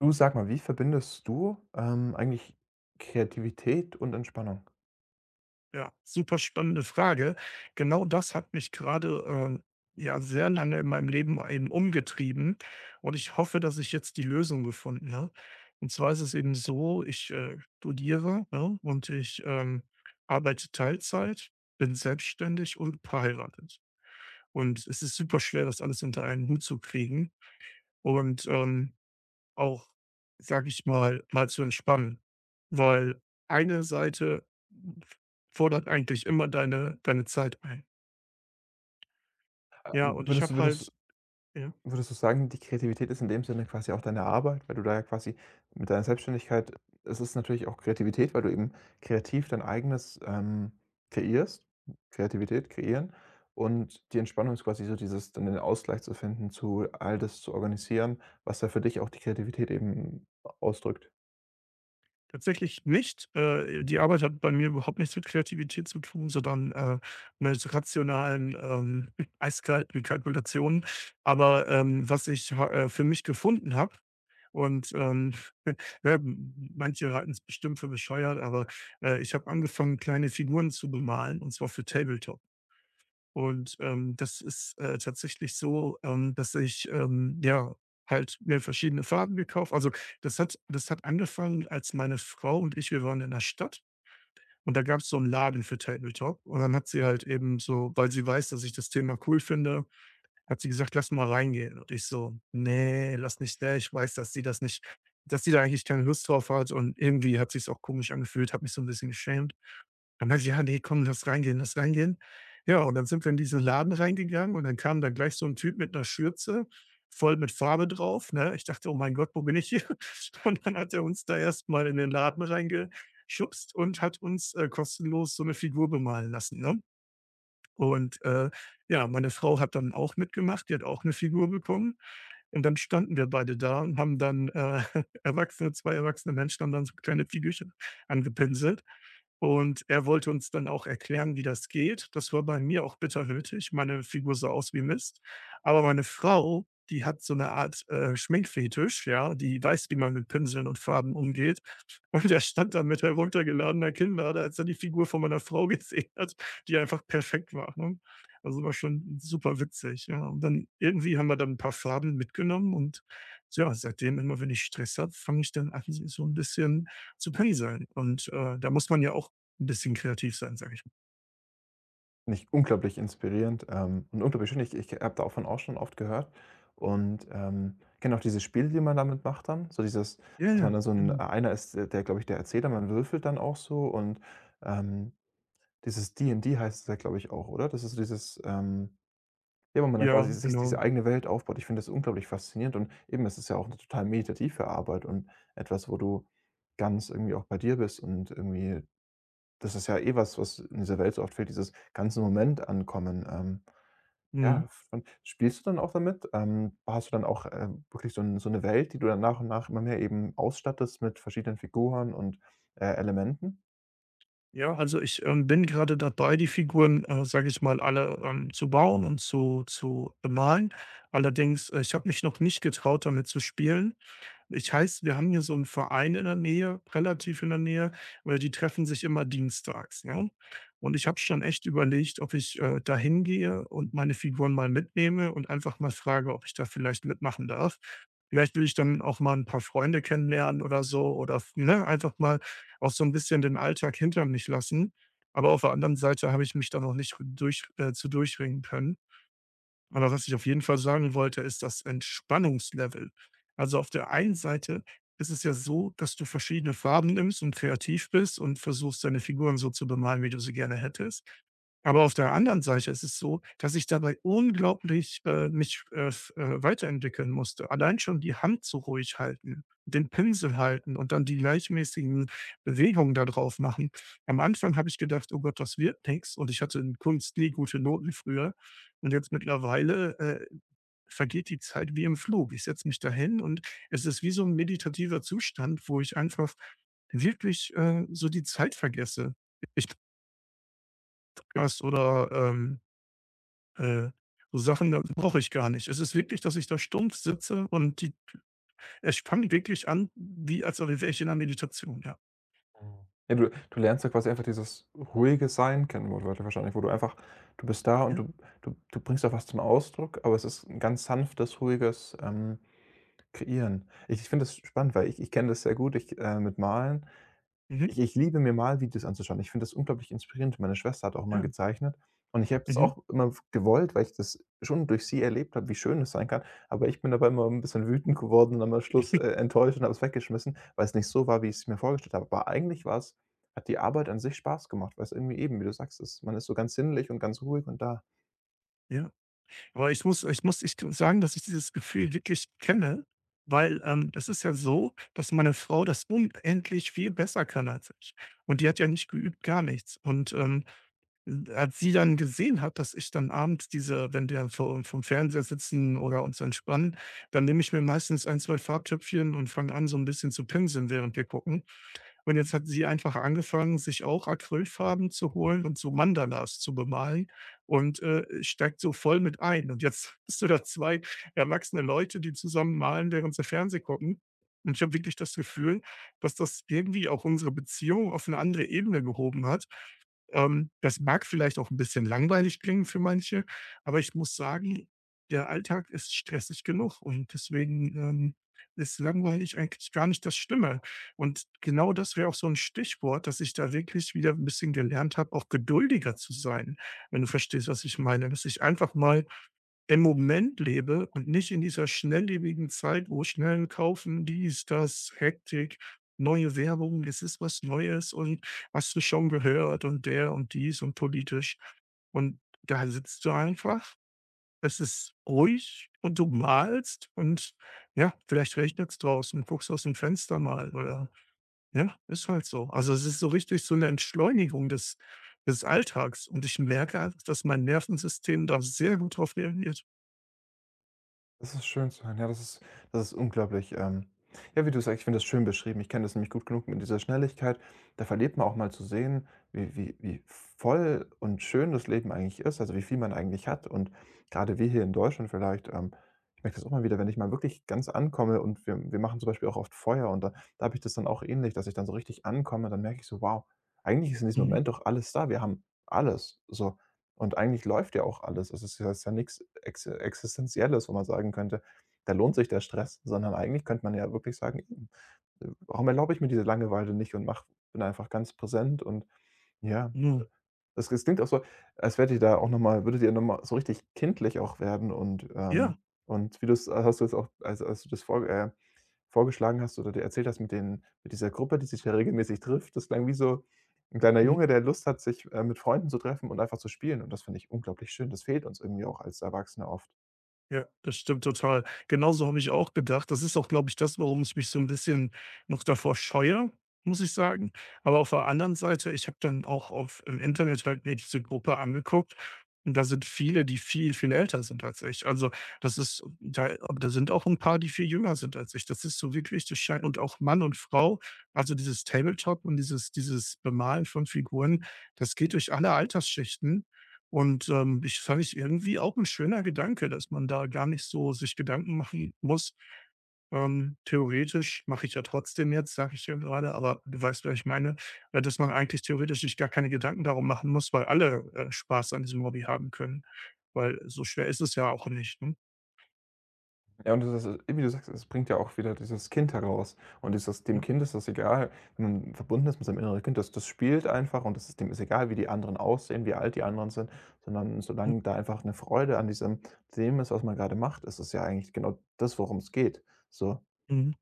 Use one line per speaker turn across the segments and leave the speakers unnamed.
Du sag mal, wie verbindest du, eigentlich Kreativität und Entspannung?
Ja, super spannende Frage. Genau das hat mich gerade, ja, sehr lange in meinem Leben eben umgetrieben. Und ich hoffe, dass ich jetzt die Lösung gefunden habe. Und zwar ist es eben so, ich studiere, ne, und ich arbeite Teilzeit, bin selbstständig und verheiratet. Und es ist super schwer, das alles unter einen Hut zu kriegen und, auch, sage ich mal, mal zu entspannen. Weil eine Seite fordert eigentlich immer deine Zeit ein.
Äh,
Ja, und ich
würdest du
habe
würdest
halt ja,
Würdest du sagen, die Kreativität ist in dem Sinne quasi auch deine Arbeit, weil du da ja quasi mit deiner Selbstständigkeit, es ist natürlich auch Kreativität, weil du eben kreativ dein eigenes, kreierst? Kreativität kreieren, und die Entspannung ist quasi so dieses, dann den Ausgleich zu finden, zu all das zu organisieren, was da für dich auch die Kreativität eben ausdrückt.
tatsächlich nicht die Arbeit hat bei mir überhaupt nichts mit Kreativität zu tun, sondern, mit rationalen, eiskalten Kalkulationen. Aber, was ich ha für mich gefunden habe und, ja, manche halten's bestimmt für bescheuert, aber, ich habe angefangen, kleine Figuren zu bemalen, und zwar für Tabletop. Und, das ist, tatsächlich so, dass ich, ja, halt mir verschiedene Farben gekauft also, das hat angefangen, als meine Frau und ich wir waren in der Stadt und da gab es so einen Laden für Tabletop. Und dann hat sie halt eben so, weil sie weiß, dass ich das Thema cool finde, hat sie gesagt: „Lass mal reingehen.“ Und ich so: „Nee, lass nicht, ne?“ Ich weiß, dass sie das nicht, dass sie da eigentlich keine Lust drauf hat, und irgendwie hat sich's auch komisch angefühlt, habe mich so ein bisschen geschämt. Dann meinte ich: „Ja, ne, komm, lass reingehen, lass reingehen.“ Ja, und dann sind wir in diesen Laden reingegangen und dann kam dann gleich so ein Typ mit einer Schürze, voll mit Farbe drauf, ne? Ich dachte: „Oh mein Gott, wo bin ich hier?“ Und dann hat er uns da erst mal in den Laden reingeschubst und hat uns, kostenlos so eine Figur bemalen lassen, ne? Und, ja, meine Frau hat dann auch mitgemacht, die hat auch eine Figur bekommen. Und dann standen wir beide da und haben dann, erwachsene zwei erwachsene Menschen haben dann so kleine Figürchen angepinselt. Und er wollte uns dann auch erklären, wie das geht. Das war bei mir auch bitterhütig. Meine Figur sah aus wie Mist. Aber meine Frau, die hat so eine Art, Schminkfetisch, ja, die weiß, wie man mit Pinseln und Farben umgeht. Und er stand da mit heruntergeladener Kinnlade, als er die Figur von meiner Frau gesehen hat, die einfach perfekt war, ne? Also, war schon super witzig, ja. Und dann irgendwie haben wir dann ein paar Farben mitgenommen und ja, seitdem immer, wenn ich Stress habe, fange ich dann an, so ein bisschen zu pinseln. Und, da muss man ja auch 'n bisschen kreativ sein, sage ich.
Nicht unglaublich inspirierend, und unglaublich schön. Ich habe da davon auch schon oft gehört und, kenne auch diese Spiele, die man damit macht dann, so dieses,
Ja,
dass man
ja,
dann so ein
genau.
einer ist, der, glaube ich, der Erzähler, man würfelt dann auch so und, ähm, dieses D&D heißt es ja, glaube ich, auch, oder? Das ist so dieses, ja, wo man dann quasi
Ja,
sich diese
genau.
eigene Welt aufbaut. Ich finde das unglaublich faszinierend, und eben, es ist ja auch eine total meditative Arbeit und etwas, wo du ganz irgendwie auch bei dir bist und irgendwie, das ist ja eh was, was in dieser Welt so oft fehlt, dieses ganze Moment ankommen.
Mhm.
Ja, und spielst du dann auch damit? Hast du dann auch, wirklich so 'n so 'ne Welt, die du dann nach und nach immer mehr eben ausstattest mit verschiedenen Figuren und, Elementen?
Ja, also ich, bin gerade dabei, die Figuren, sage ich mal, alle, zu bauen und zu bemalen. Allerdings, ich habe mich noch nicht getraut, damit zu spielen. Ich heiße, wir haben hier so einen Verein in der Nähe, relativ in der Nähe, weil die treffen sich immer dienstags, ja. Und ich habe schon echt überlegt, ob ich, da hingehe und meine Figuren mal mitnehme und einfach mal frage, ob ich da vielleicht mitmachen darf. Vielleicht will ich dann auch mal ein paar Freunde kennenlernen oder so oder ne, einfach mal auch so ein bisschen den Alltag hinter mich lassen. Aber auf der anderen Seite habe ich mich da noch nicht durch zu durchringen können. Aber was ich auf jeden Fall sagen wollte, ist das Entspannungslevel. Also auf der einen Seite ist es ja so, dass du verschiedene Farben nimmst und kreativ bist und versuchst, deine Figuren so zu bemalen, wie du sie gerne hättest. Aber auf der anderen Seite ist es so, dass ich dabei unglaublich mich weiterentwickeln musste. Allein schon die Hand so ruhig halten, den Pinsel halten und dann die gleichmäßigen Bewegungen da drauf machen. Am Anfang habe ich gedacht, oh Gott, das wird nichts. Und ich hatte in Kunst nie gute Noten früher. Und jetzt mittlerweile, vergeht die Zeit wie im Flug. Ich setze mich dahin und es ist wie so ein meditativer Zustand, wo ich einfach wirklich, so die Zeit vergesse. Ich Podcast oder, äh, so Sachen, da brauche ich gar nicht. Es ist wirklich, dass ich da stumpf sitze und die es fängt wirklich an, wie als wäre ich in 'ner Meditation, ja.
Mhm. Ja, du lernst ja quasi einfach dieses ruhige Sein kennen, wo Leute wahrscheinlich, wo du einfach du bist da und
Ja.
du bringst auch was zum Ausdruck, aber es ist 'n ganz sanftes, ruhiges, Kreieren. Ich finde das spannend, weil ich kenne das sehr gut, ich, mit Malen.
Mhm.
Ich liebe mir Malvideos anzuschauen. Ich finde das unglaublich inspirierend. Meine Schwester hat auch mal
Ja.
gezeichnet, und ich habe das
Mhm.
auch immer w gewollt, weil ich das schon durch sie erlebt habe, wie schön es sein kann. Aber ich bin dabei immer ein bisschen wütend geworden und am Schluss, enttäuscht und habe es weggeschmissen, weil es nicht so war, wie ich es mir vorgestellt habe. Aber eigentlich war es, hat die Arbeit an sich Spaß gemacht, weil es irgendwie eben, wie du sagst, es, man ist so ganz sinnlich und ganz ruhig und da.
Ja. Aber ich muss echt sagen, dass ich dieses Gefühl wirklich kenne, weil, das ist ja so, dass meine Frau das unendlich viel besser kann als ich. Und die hat ja nicht geübt, gar nichts. Und, als sie dann gesehen hat, dass ich dann abends diese, wenn wir vor vom Fernseher sitzen oder uns entspannen, dann nehme ich mir meistens ein 2 Farbtöpfchen und fange an, so ein bisschen zu pinseln, während wir gucken. Und jetzt hat sie einfach angefangen, sich auch Acrylfarben zu holen und so Mandalas zu bemalen und, steigt so voll mit ein. Und jetzt hast du da 2 erwachsene Leute, die zusammen malen, während sie Fernseh gucken. Und ich habe wirklich das Gefühl, dass das irgendwie auch unsere Beziehung auf eine andere Ebene gehoben hat. Das mag vielleicht auch ein bisschen langweilig klingen für manche, aber ich muss sagen, der Alltag ist stressig genug und deswegen, ist langweilig eigentlich gar nicht das Schlimme. Und genau das wäre auch so ein Stichwort, dass ich da wirklich wieder ein bisschen gelernt habe, auch geduldiger zu sein, wenn du verstehst, was ich meine. Dass ich einfach mal im Moment lebe und nicht in dieser schnelllebigen Zeit, wo schnell kaufen, dies, das, Hektik, neue Werbung, es ist was Neues und hast du schon gehört und der und dies und politisch. Und da sitzt du einfach, es ist ruhig und du malst und ja, vielleicht regnet es draußen, guckst aus dem Fenster mal oder ja, ist halt so. Also es ist so richtig so eine Entschleunigung des, des Alltags und ich merke, halt, dass mein Nervensystem da sehr gut drauf reagiert.
Das ist schön zu hören. Ja, das ist unglaublich, ja, wie du sagst, ich finde das schön beschrieben. Ich kenne das nämlich gut genug mit dieser Schnelligkeit. Da verliert man auch mal zu sehen, wie wie voll und schön das Leben eigentlich ist, also, wie viel man eigentlich hat. Und gerade wir hier in Deutschland vielleicht, ich merke das auch mal wieder, wenn ich mal wirklich ganz ankomme, und wir machen zum Beispiel auch oft Feuer, und da da habe ich das dann auch ähnlich, dass ich dann so richtig ankomme, dann merke ich so: „Wow, eigentlich ist in diesem
Mhm.
Moment doch alles da. Wir haben alles.“ So, und eigentlich läuft ja auch alles. Also, es ist ja, ist ja nix Ex Existenzielles, wo man sagen könnte: „Da lohnt sich der Stress“, sondern eigentlich könnte man ja wirklich sagen: „Hm, warum erlaube ich mir diese Langeweile nicht und mache, bin einfach ganz präsent?“ Und ja,
Mhm.
es klingt auch so, als wärt ihr da auch noch mal, würdet ihr noch mal so richtig kindlich auch werden,
Ja,
und wie du's, hast du es auch als als du das vorgeschlagen hast oder dir erzählt hast, mit den, mit dieser Gruppe, die sich da regelmäßig trifft. Das klang wie so ein kleiner
mhm.
Junge, der Lust hat, sich, mit Freunden zu treffen und einfach zu spielen, und das finde ich unglaublich schön. Das fehlt uns irgendwie auch als Erwachsene oft.
Ja, das stimmt total. Genauso habe ich auch gedacht. Das ist auch, glaube ich, das, warum ich mich so ein bisschen noch davor scheue, muss ich sagen. Aber auf der anderen Seite, ich habe dann auch auf im Internet halt mir diese Gruppe angeguckt und da sind viele, die viel, viel älter sind als ich. Also, das ist da, aber da sind auch ein paar, die viel jünger sind als ich. Das ist so wirklich, das scheint, und auch Mann und Frau, also, dieses Tabletop und dieses Bemalen von Figuren, das geht durch alle Altersschichten. Und, ich fand ich irgendwie auch ein schöner Gedanke, dass man da gar nicht so sich Gedanken machen muss. Theoretisch mache ich ja trotzdem jetzt, sage ich dir gerade, aber du weißt, was ich meine, dass man eigentlich theoretisch sich gar keine Gedanken darum machen muss, weil alle, Spaß an diesem Hobby haben können, weil so schwer ist es ja auch nicht, ne?
Ja, und das ist, wie du sagst, es bringt ja auch wieder dieses Kind heraus, und ist das, dem
Ja.
Kind ist das egal, wenn man verbunden ist mit seinem inneren Kind, das, das spielt einfach, und das ist, dem ist egal, wie die anderen aussehen, wie alt die anderen sind, sondern
Mhm.
solange da einfach eine Freude an diesem, dem ist, was man gerade macht, ist es ja eigentlich genau das, worum es geht, so.
Mhm.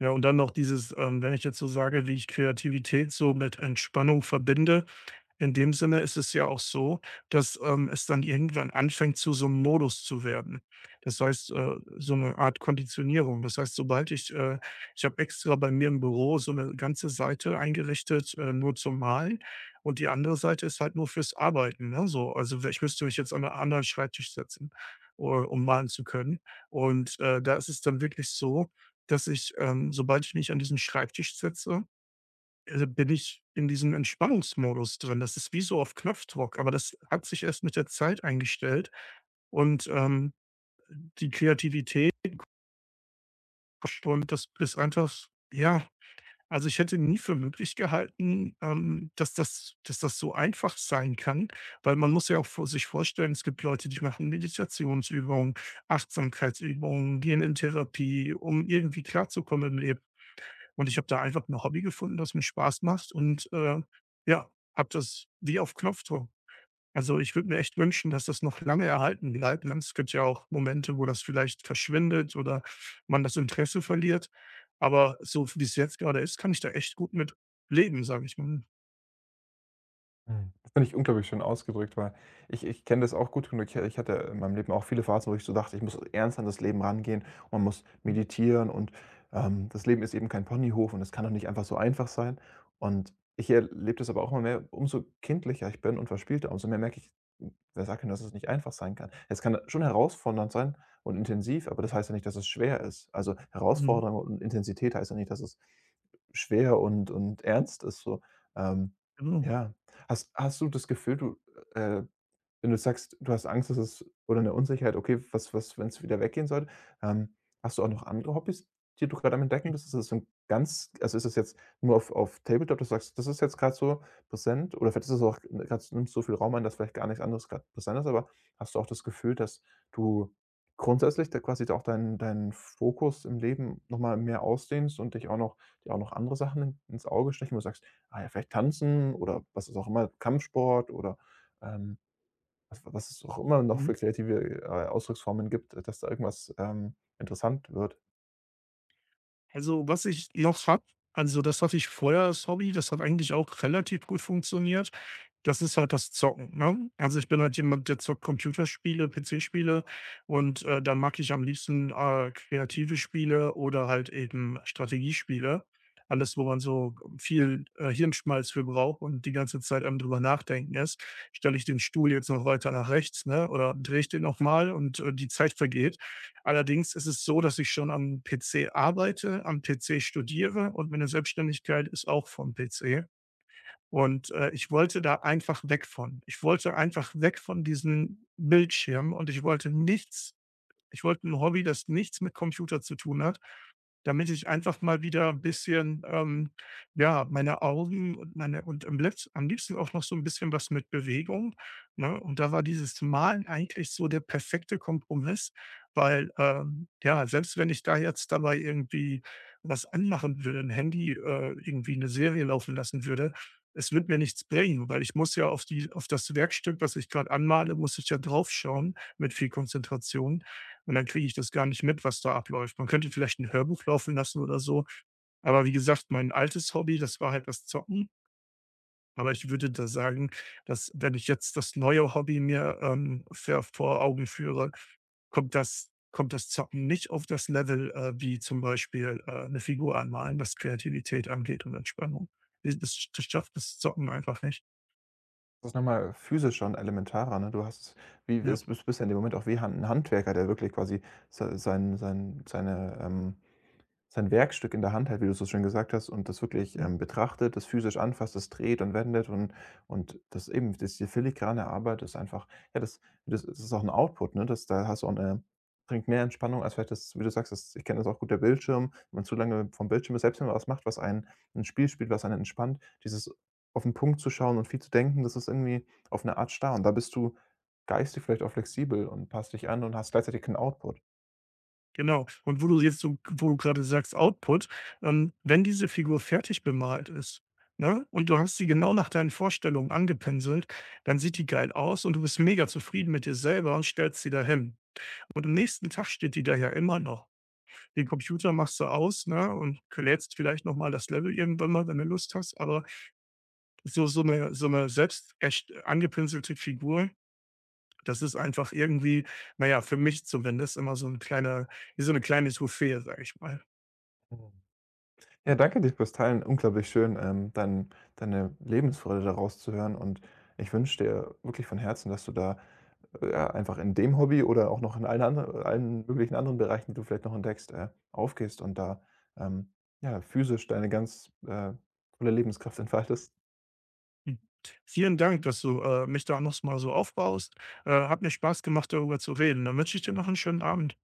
Ja, und dann noch dieses, wenn ich jetzt so sage, wie ich Kreativität so mit Entspannung verbinde, in dem Sinne ist es ja auch so, dass, es dann irgendwann anfängt, zu so einem Modus zu werden. Das heißt, so eine Art Konditionierung. Das heißt, sobald ich ich habe extra bei mir im Büro so eine ganze Seite eingerichtet, nur zum Malen und die andere Seite ist halt nur fürs Arbeiten, ne, so. Also, ich müsste mich jetzt an einen anderen Schreibtisch setzen, um malen zu können. Und, da ist es dann wirklich so, dass ich, sobald ich mich an diesen Schreibtisch setze, also, bin ich in diesem Entspannungsmodus drin. Das ist wie so auf Knopfdruck, aber das hat sich erst mit der Zeit eingestellt und, die Kreativität und das ist einfach ja, also, ich hätte nie für möglich gehalten, dass das so einfach sein kann, weil man muss ja auch vor sich vorstellen, es gibt Leute, die machen Meditationsübungen, Achtsamkeitsübungen, gehen in Therapie, um irgendwie klarzukommen im Leben. Und ich habe da einfach ein Hobby gefunden, das mir Spaß macht und, ja, habe das wie auf Knopfdruck. Also, ich würde mir echt wünschen, dass das noch lange erhalten bleibt, und es gibt ja auch Momente, wo das vielleicht verschwindet oder man das Interesse verliert. Aber so wie es jetzt gerade ist, kann ich da echt gut mit leben, sage ich mal.
Mhm. Das finde ich unglaublich schön ausgedrückt, weil ich kenne das auch gut genug. Ich hatte in meinem Leben auch viele Phasen, wo ich so dachte, ich muss ernst an das Leben rangehen und man muss
Mhm.
meditieren und, das Leben ist eben kein Ponyhof und es kann doch nicht einfach so einfach sein. Und ich erlebe das aber auch immer mehr, umso kindlicher ich bin und verspielter, umso mehr merke ich, hm, wer sagt denn, dass es nicht einfach sein kann? Es kann schon herausfordernd sein und intensiv, aber das heißt ja nicht, dass es schwer ist. Also,
Mhm.
Herausforderung und Intensität heißt ja nicht, dass es schwer und ernst ist, so. Ähm,
Genau.
ja. Hast du das Gefühl, du, äh wenn du sagst, du hast Angst, dass es, oder eine Unsicherheit, okay, was, wenn es wieder weggehen sollte? Ähm, hast du auch noch andere Hobbys, die du gerade am Entdecken bist? Ist das so ein ganz, also, ist das jetzt nur auf Tabletop, dass du sagst, das ist jetzt gerade so präsent, oder vielleicht ist es auch gerade, nimmt so viel Raum ein, dass vielleicht gar nichts anderes gerade präsent ist, aber hast du auch das Gefühl, dass du grundsätzlich da quasi auch deinen Fokus im Leben noch mal mehr ausdehnst und dich auch noch, dir auch noch andere Sachen in ins Auge stechen, wo du sagst: „Ah ja, vielleicht Tanzen oder was ist auch immer, Kampfsport, oder, ähm“, was es auch immer noch für kreative, Ausdrucksformen gibt, dass da irgendwas, interessant wird.
Also, was ich noch habe, also, das hatte ich vorher als Hobby, das hat eigentlich auch relativ gut funktioniert. Das ist halt das Zocken, ne? Also, ich bin halt jemand, der zockt Computerspiele, PC-Spiele und, dann mag ich am liebsten, kreative Spiele oder halt eben Strategiespiele. Alles, wo man so viel, Hirnschmalz für braucht und die ganze Zeit am drüber nachdenken ist. Stelle ich den Stuhl jetzt noch weiter nach rechts, ne, oder drehe ich den nochmal, und, die Zeit vergeht. Allerdings ist es so, dass ich schon am PC arbeite, am PC studiere und meine Selbstständigkeit ist auch vom PC. Und, ich wollte da einfach weg von. Ich wollte einfach weg von diesen Bildschirmen und ich wollte nichts, ich wollte ein Hobby, das nichts mit Computer zu tun hat, damit ich einfach mal wieder 'n bisschen, ja, meine Augen und meine und am letz am liebsten auch noch so ein bisschen was mit Bewegung, ne? Und da war dieses Malen eigentlich so der perfekte Kompromiss, weil, ja, selbst wenn ich da jetzt dabei irgendwie was anmachen würde, ein Handy, irgendwie eine Serie laufen lassen würde, es wird mir nichts bringen, weil ich muss ja auf die auf das Werkstück, was ich gerade anmale, muss ich ja draufschauen mit viel Konzentration und dann kriege ich das gar nicht mit, was da abläuft. Man könnte vielleicht ein Hörbuch laufen lassen oder so, aber wie gesagt, mein altes Hobby, das war halt das Zocken, aber ich würde da sagen, dass wenn ich jetzt das neue Hobby mir, ver vor Augen führe, kommt das kommt das Zocken nicht auf das Level, wie zum Beispiel, 'ne Figur anmalen, was Kreativität angeht und Entspannung. Das schafft das Zocken einfach nicht.
Das ist noch mal physischer und elementarer, ne? Du hast, wie
Ja.
es, bist ja in dem Moment auch wie Han 'n Handwerker, der wirklich quasi sein seine, sein Werkstück in der Hand hält, wie du es so schön gesagt hast, und das wirklich, betrachtet, das physisch anfasst, das dreht und wendet, und das eben, das die filigrane Arbeit ist einfach, ja, das, das ist auch ein Output, ne? Das, da hast du auch 'ne, bringt mehr Entspannung als vielleicht das, wie du sagst, das, ich kenne das auch gut, der Bildschirm, wenn man zu lange vom Bildschirm ist, selbst wenn man was macht, was einen, ein Spiel spielt, was einen entspannt, dieses auf den Punkt zu schauen und viel zu denken, das ist irgendwie auf eine Art starr, und da bist du geistig vielleicht auch flexibel und passt dich an und hast gleichzeitig 'n Output.
Genau. Und wo du jetzt so wo du gerade sagst Output, wenn diese Figur fertig bemalt ist, ne, und du hast sie genau nach deinen Vorstellungen angepinselt, dann sieht die geil aus und du bist mega zufrieden mit dir selber und stellst sie dahin. Und am nächsten Tag steht die da ja immer noch. Den Computer machst du aus, ne, und k lädst vielleicht noch mal das Level irgendwann mal, wenn du Lust hast, aber so eine so eine selbst erst angepinselte Figur, das ist einfach irgendwie, naja, für mich zumindest immer so ein kleiner, wie so 'ne kleine Trophäe, sage ich mal.
Mhm. Ja,
Mhm.
danke dir fürs Teilen. Unglaublich schön, dein, deine Lebensfreude daraus zu hören, und ich wünsche dir wirklich von Herzen, dass du da, ja, einfach in dem Hobby oder auch noch in allen anderen, allen möglichen anderen Bereichen, die du vielleicht noch entdeckst, aufgehst und da, ähm, ja, physisch deine ganz, volle Lebenskraft entfaltest.
Hm. Vielen Dank, dass du, mich da noch mal so aufbaust. Hat mir Spaß gemacht, darüber zu reden. Dann wünsche ich dir noch einen schönen Abend.